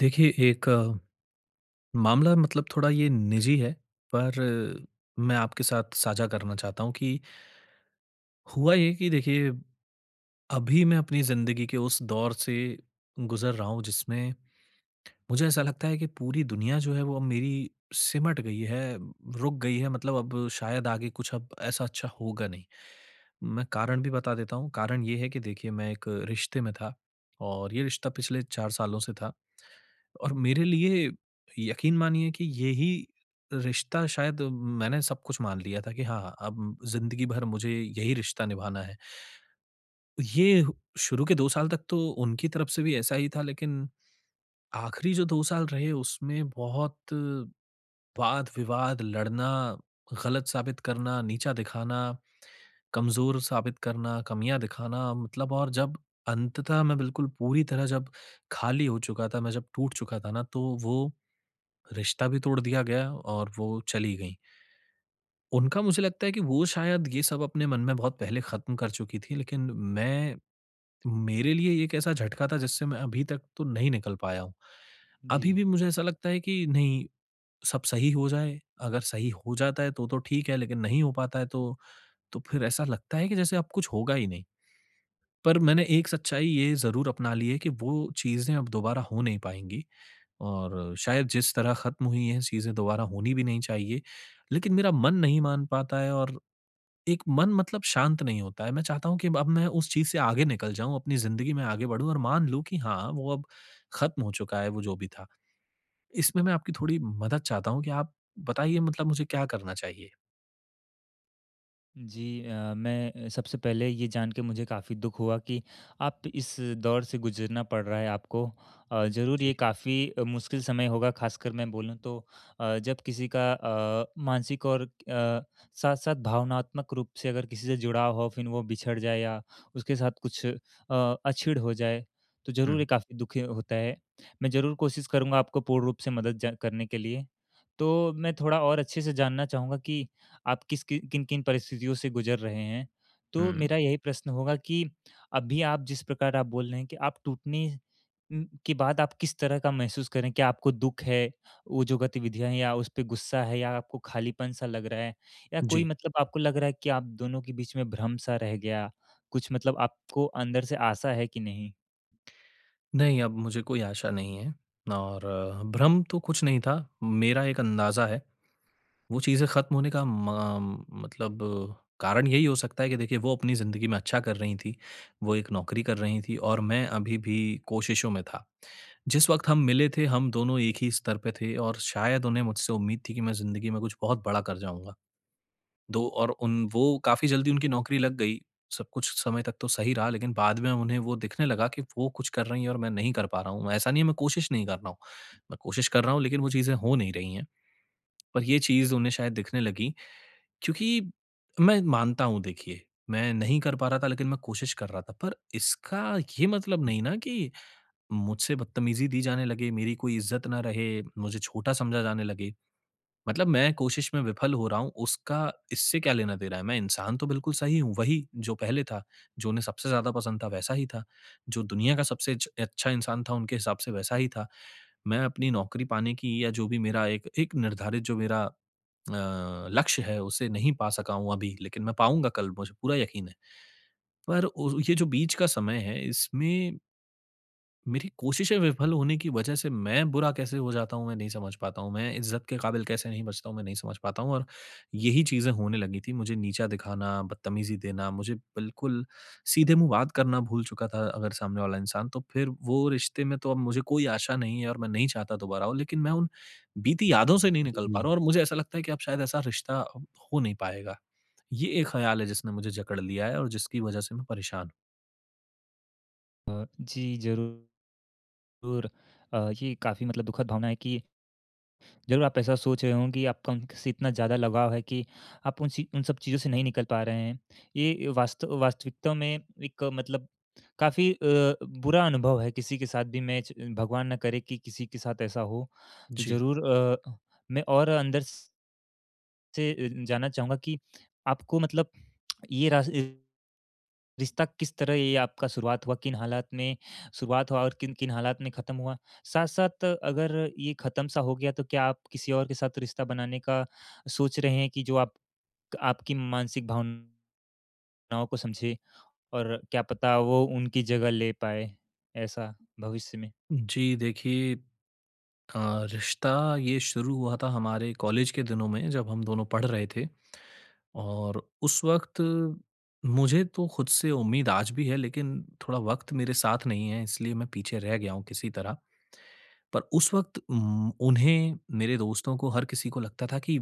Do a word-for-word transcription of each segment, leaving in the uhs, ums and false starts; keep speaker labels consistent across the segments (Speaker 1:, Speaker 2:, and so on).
Speaker 1: देखिए, एक अ, मामला मतलब थोड़ा ये निजी है, पर अ, मैं आपके साथ साझा करना चाहता हूँ कि हुआ ये कि देखिए, अभी मैं अपनी ज़िंदगी के उस दौर से गुज़र रहा हूँ, जिसमें मुझे ऐसा लगता है कि पूरी दुनिया जो है, वो अब मेरी सिमट गई है, रुक गई है, मतलब अब शायद आगे कुछ अब ऐसा अच्छा होगा नहीं। मैं कारण भी बता देता हूँ। कारण ये है कि देखिए मैं एक रिश्ते में था और ये रिश्ता पिछले चार सालों से था और मेरे लिए यकीन मानिए कि यही रिश्ता शायद मैंने सब कुछ मान लिया था कि हाँ, हाँ, अब ज़िंदगी भर मुझे यही रिश्ता निभाना है। ये हु- शुरू के दो साल तक तो उनकी तरफ से भी ऐसा ही था लेकिन आखिरी जो दो साल रहे उसमें बहुत वाद-विवाद, लड़ना, गलत साबित करना, नीचा दिखाना, कमज़ोर साबित करना, कमियाँ दिखाना मतलब और जब अंततः मैं बिल्कुल पूरी तरह जब खाली हो चुका था, मैं जब टूट चुका था ना, तो वो रिश्ता भी तोड़ दिया गया और वो चली गईं। उनका मुझे लगता है कि वो शायद ये सब अपने मन में बहुत पहले ख़त्म कर चुकी थीं, लेकिन मैं मेरे लिए ये एक ऐसा झटका था जिससे मैं अभी तक तो नहीं निकल पाया हूँ।
Speaker 2: जी,
Speaker 1: अभी भी मुझे ऐसा लगता है कि नहीं सब सही हो जाए, अगर सही हो जाता है तो तो ठीक है, लेकिन नहीं हो पाता है तो तो फिर ऐसा लगता है कि जैसे अब कुछ होगा ही नहीं। पर मैंने एक सच्चाई ये ज़रूर अपना ली है कि वो चीज़ें अब दोबारा हो नहीं पाएँगी और शायद जिस तरह ख़त्म हुई हैं चीज़ें दोबारा होनी भी नहीं चाहिए। लेकिन मेरा मन नहीं मान पाता है और एक मन मतलब शांत नहीं होता है। मैं चाहता हूँ कि अब मैं उस चीज़ से आगे निकल जाऊँ, अपनी ज़िंदगी में आगे बढ़ूँ और मान लूँ कि हाँ, वो अब ख़त्म हो चुका है वो जो भी था। इसमें मैं आपकी थोड़ी मदद चाहता हूँ कि आप बताइए मतलब मुझे क्या करना चाहिए?
Speaker 2: जी अ, मैं सबसे पहले ये जान के मुझे काफ़ी दुःख हुआ कि आप इस दौर से गुज़रना पड़ रहा है आपको। अ, ज़रूर
Speaker 1: जी।
Speaker 2: ये काफ़ी अ, मुश्किल समय होगा ख़ासकर मैं बोलूँ तो अ, जब किसी का अ, मानसिक और अ, साथ-साथ भावनात्मक रूप से अगर किसी से जुड़ाव हो फिर वो बिछड़ जाए या उसके साथ कुछ अ, अछिड़ हो जाए, तो ज़रूर
Speaker 1: हुँ,
Speaker 2: ये काफ़ी दुःख होता है। मैं ज़रूर कोशिश करूँगा आपको पूर्ण रूप से मदद ज करने के लिए। तो मैं थोड़ा और अच्छे से जानना चाहूँगा कि आप किस कि किन-किन परिस्थितियों से गुज़र रहे हैं? तो
Speaker 1: हुँ।
Speaker 2: मेरा यही प्रश्न होगा कि अभी आप जिस प्रकार आप बोल रहे हैं कि आप टूटने उम, के बाद आप किस तरह का महसूस कर रहे हैं? क्या आपको दुःख है, वो जो गतिविधियाँ हैं या उस पे गुस्सा है या आपको खालीपन-सा लग रहा है? या कोई
Speaker 1: जी।
Speaker 2: मतलब आपको लग रहा है कि आप दोनों के बीच में भ्रम-सा रह गया? कुछ मतलब आपको अंदर से आशा है कि नहीं?
Speaker 1: नहीं, अब मुझे कोई आशा नहीं है और अ, भ्रम तो कुछ नहीं था, मेरा एक अंदाज़ा है। वो चीज़ें ख़त्म होने का म मतलब अ, कारण यही हो सकता है कि देखिए वो अपनी ज़िंदगी में अच्छा कर रही थीं, वो एक नौकरी कर रही थीं और मैं अभी भी कोशिशों में था। जिस वक़्त हम मिले थे, हम दोनों एक ही स्तर पे थे और शायद उन्हें मुझसे उम्मीद थी कि मैं ज़िंदगी में कुछ बहुत बड़ा कर जाऊँगा। दो और उन वो काफ़ी जल्दी उनकी नौकरी लग गई। सब कुछ समय तक तो सही रहा लेकिन बाद में उन्हें वो दिखने लगा कि वो कुछ कर रही हैं और मैं नहीं कर पा रहा हूँ। ऐसा नहीं है मैं कोशिश नहीं कर रहा हूँ। मैं कोशिश कर रहा हूँ लेकिन वो चीज़ें हो नहीं रही हैं। पर ये चीज़ उन्हें शायद दिखने लगी क्योंकि मैं मानता हूँ देखिए, मैं नहीं कर पा रहा था लेकिन मैं कोशिश कर रहा था। पर इसका ये मतलब नहीं ना कि मुझसे बदतमीज़ी दी जाने लगे, मेरी कोई इज़्ज़त ना रहे, मुझे छोटा समझा जाने लगे। मतलब मैं कोशिश में विफल हो रहा हूँ, उसका इससे क्या लेना-देना है? मैं इंसान तो बिल्कुल सही हूँ, वही जो पहले था, जो उन्हें सबसे ज़्यादा पसंद था, वैसा ही था। जो दुनिया का सबसे छ अच्छा इंसान था, उनके हिसाब से वैसा ही था। मैं अपनी नौकरी पाने की या जो भी मेरा एक एक निर्धारित जो मेरा अ, लक्ष्य है, उसे नहीं पा सका हूँ अभी, लेकिन मैं पाऊँगा कल, मुझे पूरा यकीन है। पर उस ये जो बीच का समय है, इसमें मेरी कोशिशें विफल होने की वजह से मैं बुरा कैसे हो जाता हूँ, मैं नहीं समझ पाता हूँ। मैं इज़्ज़त के काबिल कैसे नहीं बचता हूँ, मैं नहीं समझ पाता हूँ और यही चीज़ें होने लगी थी। मुझे नीचा दिखाना, बदतमीज़ी देना, मुझे बिल्कुल सीधे मुँह बात करना भूल चुका था अगर सामने वाला इंसान, तो फिर वो रिश्ते में तो अब मुझे कोई आशा नहीं है और मैं नहीं चाहता दोबारा हो। लेकिन मैं उन बीती यादों से नहीं निकल पा
Speaker 2: जी।
Speaker 1: रहा हूँ और मुझे ऐसा लगता है कि अब शायद ऐसा रिश्ता अब हो नहीं पाएगा। ये एक ख़्याल है जिसने मुझे जकड़ लिया है और जिसकी वजह से मैं परेशान हूँ।
Speaker 2: अ, जी, ज़रूर। अ, ये काफ़ी मतलब दुखद भावना है कि ज़रूर आप ऐसा सोच रहे हों कि आपका उनसे इतना ज़्यादा लगाव है कि आप उन सी उन सब चीज़ों से नहीं निकल पा रहे हैं। ये वास्त वास्तविकता में एक अ, मतलब काफ़ी अ, बुरा अनुभव है किसी के साथ भी मैं च भगवान ना करे कि किसी के साथ ऐसा हो। तो
Speaker 1: जी।
Speaker 2: ज़रूर अ, मैं और अंदर से अ, जानना चाहूँगा कि आपको मतलब ये रास रिश्ता किस तरह ये आपका शुरुआत हुआ, किन हालात में शुरुआत हुआ और किन-किन हालात में ख़त्म हुआ? साथ-साथ अगर ये ख़त्म सा हो गया तो क्या आप किसी और के साथ रिश्ता बनाने का सोच रहे हैं कि जो आप आपकी मानसिक भावनाओं को समझे और क्या पता वो उनकी जगह ले पाए, ऐसा भविष्य में?
Speaker 1: जी, देखिए अ, रिश्ता ये शुरू हुआ था हमारे कॉलेज के दिनों में जब हम दोनों पढ़ रहे थे और उस वक़्त मुझे तो खुद से उम्मीद आज भी है लेकिन थोड़ा वक़्त मेरे साथ नहीं है इसलिए मैं पीछे रह गया हूँ किसी तरह। पर उस वक़्त उम, उन्हें मेरे दोस्तों को हर किसी को लगता था कि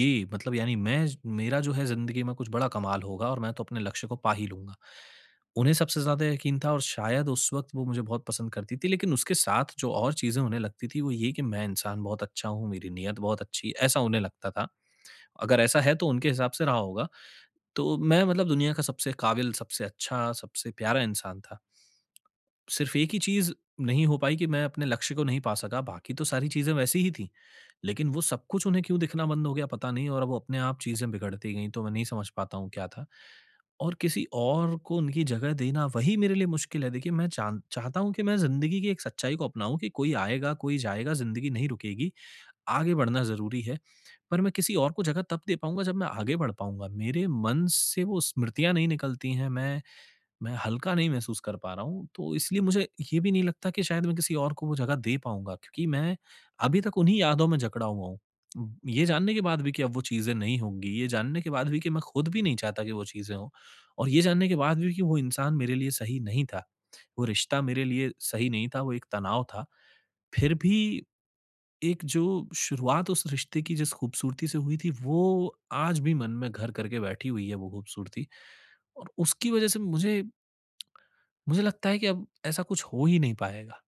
Speaker 1: ये मतलब यानी मैं मेरा जो है ज़िंदगी में कुछ बड़ा कमाल होगा और मैं तो अपने लक्ष्य को पा ही लूँगा। उन्हें सबसे ज़्यादा यकीन था और शायद उस वक़्त वो मुझे बहुत पसंद करती थी, लेकिन उसके साथ जो और चीज़ें उन्हें लगती थी वो ये कि मैं इंसान बहुत अच्छा हूँ, मेरी नियत बहुत अच्छी है, ऐसा उन्हें लगता था। अगर ऐसा है तो उनके हिसाब से रहा होगा। तो मैं मतलब दुनिया का सबसे काबिल, सबसे अच्छा, सबसे प्यारा इंसान था। सिर्फ़ एक ही चीज़ नहीं हो पाई कि मैं अपने लक्ष्य को नहीं पा सका, बाकी तो सारी चीज़ें वैसी ही थी। लेकिन वो सब कुछ उन्हें क्यों दिखना बंद हो गया पता नहीं और अब वो अपने आप चीज़ें बिगड़ती गईं, तो मैं नहीं समझ पाता हूँ क्या था। और किसी और को उनकी जगह देना वही मेरे लिए मुश्किल है। देखिए मैं चान चाहता हूँ कि मैं ज़िंदगी की एक सच्चाई को अपनाऊँ कि कोई आएगा, कोई जाएगा, ज़िंदगी नहीं रुकेगी, आगे बढ़ना ज़रूरी है। पर मैं किसी और को जगह तब दे पाऊँगा जब मैं आगे बढ़ पाऊँगा। मेरे मन से वो स्मृतियाँ नहीं निकलती हैं, मैं मैं हल्का नहीं महसूस कर पा रहा हूँ, तो इसलिए मुझे ये भी नहीं लगता कि शायद मैं किसी और को वो जगह दे पाऊँगा क्योंकि मैं अभी तक उन्हीं यादों में जकड़ा हुआ हूँ। उम, ये जानने के बाद भी कि अब वो चीज़ें नहीं होंगी, ये जानने के बाद भी कि मैं खुद भी नहीं चाहता कि वो चीज़ें हों और ये जानने के बाद भी कि वो इंसान मेरे लिए सही नहीं था। वो रिश्ता मेरे लिए सही नहीं था, वो एक तनाव था। फिर भी एक जो शुरुआत उस रिश्ते की जिस खूबसूरती से हुई थी, वो आज भी मन में घर करके बैठी हुई है वो खूबसूरती और उसकी वज़ह से मुझे मुझे लगता है कि अब ऐसा कुछ हो ही नहीं पाएगा।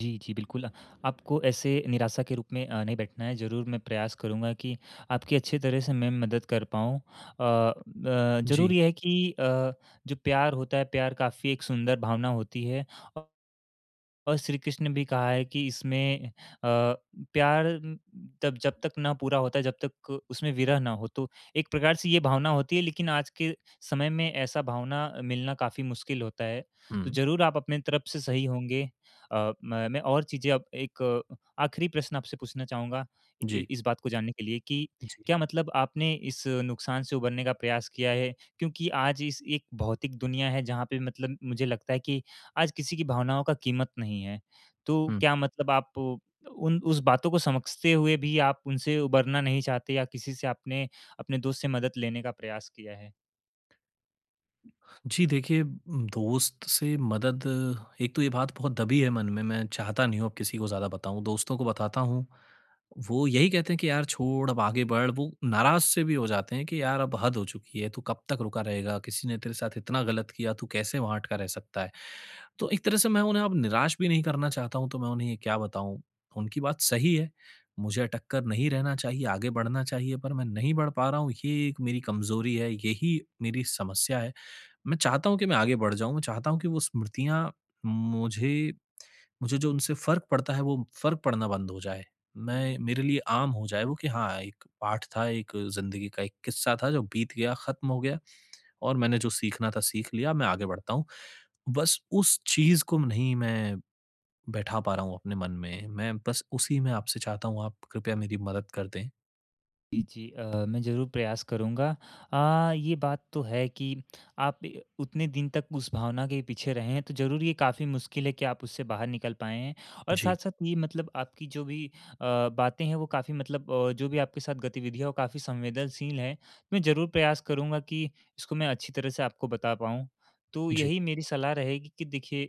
Speaker 2: जी, जी, बिल्कुल। अ, आपको ऐसे निराशा के रूप में अ, नहीं बैठना है। ज़रूर मैं प्रयास करूँगा कि आपकी अच्छी तरह से मैं मदद कर पाऊँ। अ अ,
Speaker 1: जी।
Speaker 2: ज़रूर ये है कि अ, जो प्यार होता है, प्यार काफ़ी एक सुंदर भावना होती है। और श्री कृष्ण ने भी कहा है कि इसमें अ, प्यार म, तब जब तक ना पूरा होता है, जब तक उसमें विरह ना हो। तो एक प्रकार से ये भावना होती है, लेकिन आज के समय में ऐसा भावना मिलना काफ़ी मुश्किल होता है। तो
Speaker 1: हुँ।
Speaker 2: ज़रूर आप अपने तरफ से सही होंगे। अ, म मैं और चीज़ें अब एक अ, आखिरी प्रश्न आपसे पूछना चाहूँगा इ
Speaker 1: जी।
Speaker 2: इस बात को जानने के लिए कि
Speaker 1: जी।
Speaker 2: क्या मतलब आपने इस नुकसान से उभरने का प्रयास किया है? क्योंकि आज इस एक भौतिक दुनिया है, जहाँ पे मतलब मुझे लगता है कि आज किसी की भावनाओं का कीमत नहीं है। तो
Speaker 1: हुँ।
Speaker 2: क्या मतलब आप उन उस बातों को समझते हुए भी आप उनसे उबरना नहीं चाहते या किसी से आपने अपने दोस्त से मदद लेने का प्रयास किया है?
Speaker 1: जी देखिए, दोस्त से मदद एक तो ये बात बहुत दबी है मन में, मैं चाहता नहीं हूँ अब किसी को ज़्यादा बताऊँ, दोस्तों को बताता हूँ, वो यही कहते हैं कि यार छोड़ अब आगे बढ़, वो नाराज़ से भी हो जाते हैं कि यार अब हद हो चुकी है, तू कब तक रुका रहेगा, किसी ने तेरे साथ इतना गलत किया, तू कैसे वहाँ अटका रह सकता है। तो एक तरह से मैं उन्हें अब निराश भी नहीं करना चाहता हूँ, तो मैं उन्हें ये क्या बताऊँ, उनकी बात सही है, मुझे अटक कर नहीं रहना चाहिए, आगे बढ़ना चाहिए पर मैं नहीं बढ़ पा रहा हूँ, ये एक मेरी कमज़ोरी है, यही मेरी समस्या है। मैं चाहता हूँ कि मैं आगे बढ़ जाऊँ, मैं चाहता हूँ कि वो स्मृतियाँ मुझे मुझे जो उनसे फ़र्क पड़ता है वो फ़र्क पड़ना बंद हो जाए। मैं मेरे लिए आम हो जाए वो कि हाँ, एक पाठ था, एक ज़िंदगी का एक किस्सा था जो बीत गया, ख़त्म हो गया और मैंने जो सीखना था सीख लिया, मैं आगे बढ़ता हूँ। बस उस चीज़ को नहीं मैं बैठा पा रहा हूँ अपने मन में, मैं बस उसी में आपसे चाहता हूँ आप कृपया मेरी मदद कर दें।
Speaker 2: जी, जी अ, मैं ज़रूर प्रयास करूँगा। अ, ये बात तो है कि आप ए उतने दिन तक उस भावना के पीछे रहे हैं, तो ज़रूर ये काफ़ी मुश्किल है कि आप उससे बाहर निकल पाए हैं। और
Speaker 1: जी,
Speaker 2: साथ-साथ ये मतलब आपकी जो भी अ, बातें हैं, वो काफ़ी मतलब अ, जो भी आपके साथ गतिविधियाँ, वो काफ़ी संवेदनशील हैं। तो मैं ज़रूर प्रयास करूँगा कि इसको मैं अच्छी तरह से आपको बता पाऊँ। तो
Speaker 1: जी,
Speaker 2: यही मेरी सलाह रहेगी कि देखिए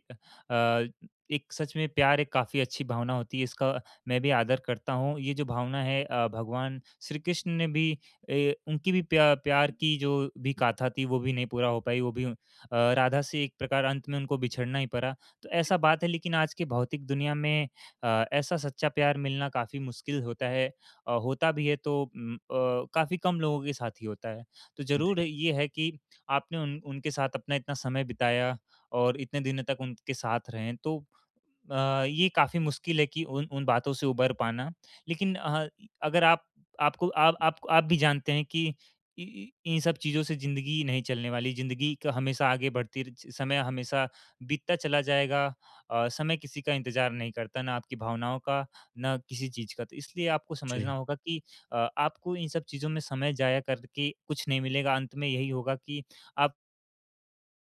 Speaker 2: अ, एक सच में प्यार एक काफ़ी अच्छी भावना होती है, इसका मैं भी आदर करता हूँ। ये जो भावना है अ, भगवान श्री कृष्ण ने भी ए, उनकी भी प्या प्यार की जो भी गाथा थी वो भी नहीं पूरा हो पाई, वो भी अ, राधा से एक प्रकार अंत में उनको बिछड़ना ही पड़ा। तो ऐसा बात है लेकिन आज की भौतिक दुनिया में अ, ऐसा सच्चा प्यार मिलना काफ़ी मुश्किल होता है। अ, होता भी है तो उम, अ, काफ़ी कम लोगों के साथ ही होता है। तो
Speaker 1: जी,
Speaker 2: ज़रूर ये है कि आपने उन उनके साथ अपना इतना समय बिताया और इतने दिनों तक उनके साथ रहें तो अ, ये काफ़ी मुश्किल है कि उन उन बातों से उबर पाना। लेकिन अ, अगर आप आपको आप आप आप भी जानते हैं कि इ इ इन सब चीज़ों से ज़िंदगी नहीं चलने वाली, ज़िंदगी क हमेशा आगे बढ़ती र समय हमेशा बीतता चला जाएगा। अ, समय किसी का इंतज़ार नहीं करता, ना आपकी भावनाओं का, ना किसी चीज़ का। तो इसलिए आपको समझना
Speaker 1: जी,
Speaker 2: होगा कि अ, आपको इन सब चीज़ों में समय ज़ाया करके कुछ नहीं मिलेगा, अंत में यही होगा कि आप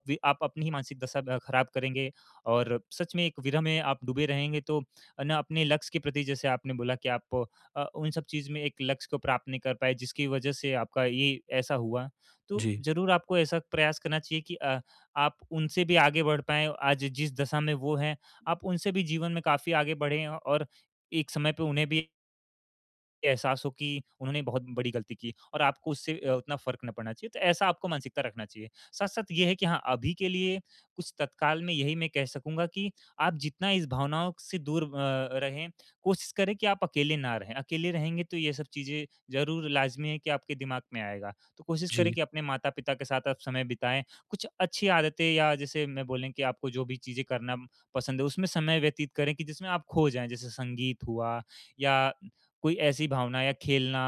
Speaker 2: वे आप अपनी ही मानसिक दशा अ, खराब करेंगे और सच में एक विरह में आप डूबे रहेंगे तो अ, ना अपने लक्ष्य के प्रति जैसे आपने बोला कि आप अ, उन सब चीज़ में एक लक्ष्य को प्राप्त नहीं कर पाए जिसकी वजह से आपका ये ऐसा हुआ। तो
Speaker 1: जी,
Speaker 2: ज़रूर आपको ऐसा प्रयास करना चाहिए कि अ, आप उनसे भी आगे बढ़ पाएँ, आज जिस दशा में वो हैं, आप उनसे भी जीवन में काफ़ी आगे बढ़ें और एक समय पे उन्हें भी ये एहसास हो कि उन्होंने बहुत बड़ी गलती की और आपको उससे अ, उतना फ़र्क ना पड़ना चाहिए, तो ऐसा आपको मानसिकता रखना चाहिए। साथ-साथ ये है कि हाँ, अभी के लिए कुछ तत्काल में यही मैं कह सकूँगा कि आप जितना इस भावनाओं से दूर अ, रहें, कोशिश करें कि आप अकेले ना रहें। अकेले रहेंगे तो ये सब चीज़ें ज़रूर लाज़मी है कि आपके दिमाग में आएगा। तो कोशिश
Speaker 1: जी,
Speaker 2: करें कि अपने माता-पिता के साथ आप समय बिताएँ, कुछ अच्छी आदतें या जैसे मैं बोलें कि आपको जो भी चीज़ें करना पसंद है, उसमें समय व्यतीत करें कि जिसमें आप खो जाएँ, जैसे संगीत हुआ या कोई ऐसी भावना या खेलना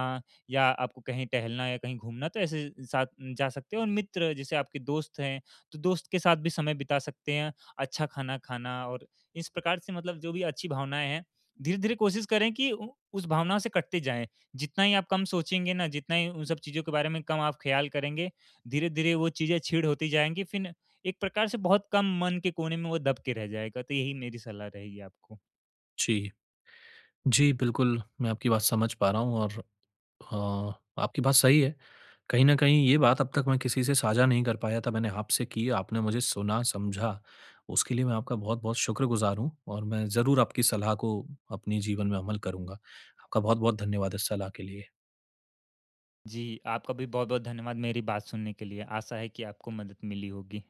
Speaker 2: या आपको कहीं टहलना या कहीं घूमना तो ऐसे साथ जा सकते हैं और मित्र जैसे आपके दोस्त हैं, तो दोस्त के साथ भी समय बिता सकते हैं, अच्छा खाना खाना और इस प्रकार से मतलब जो भी अच्छी भावनाएँ हैं, धीरे-धीरे कोशिश करें कि उ उस भावना से कटते जाएँ। जितना ही आप कम सोचेंगे ना, जितना ही उन सब चीज़ों के बारे में कम आप ख़्याल करेंगे, धीरे-धीरे वो चीज़ें क्षीण होती जाएँगी फिर एक प्रकार से बहुत कम मन के कोने में वो दब के रह जाएगा। तो यही मेरी सलाह रहेगी आपको।
Speaker 1: जी। जी, बिल्कुल मैं आपकी बात समझ पा रहा हूँ और हाँ, आपकी बात सही है। कहीं न कहीं ये बात अब तक मैं किसी से साझा नहीं कर पाया था, मैंने आपसे की, आपने मुझे सुना, समझा, उसके लिए मैं आपका बहुत-बहुत शुक्रगुज़ार हूँ और मैं ज़रूर आपकी सलाह को अपने जीवन में अमल करूँगा। आपका बहुत-बहुत धन्यवाद इस सलाह के लिए।
Speaker 2: जी, आपका भी बहुत-बहुत धन्यवाद मेरी बात सुनने के लिए। आशा है कि आपको मदद मिली होगी।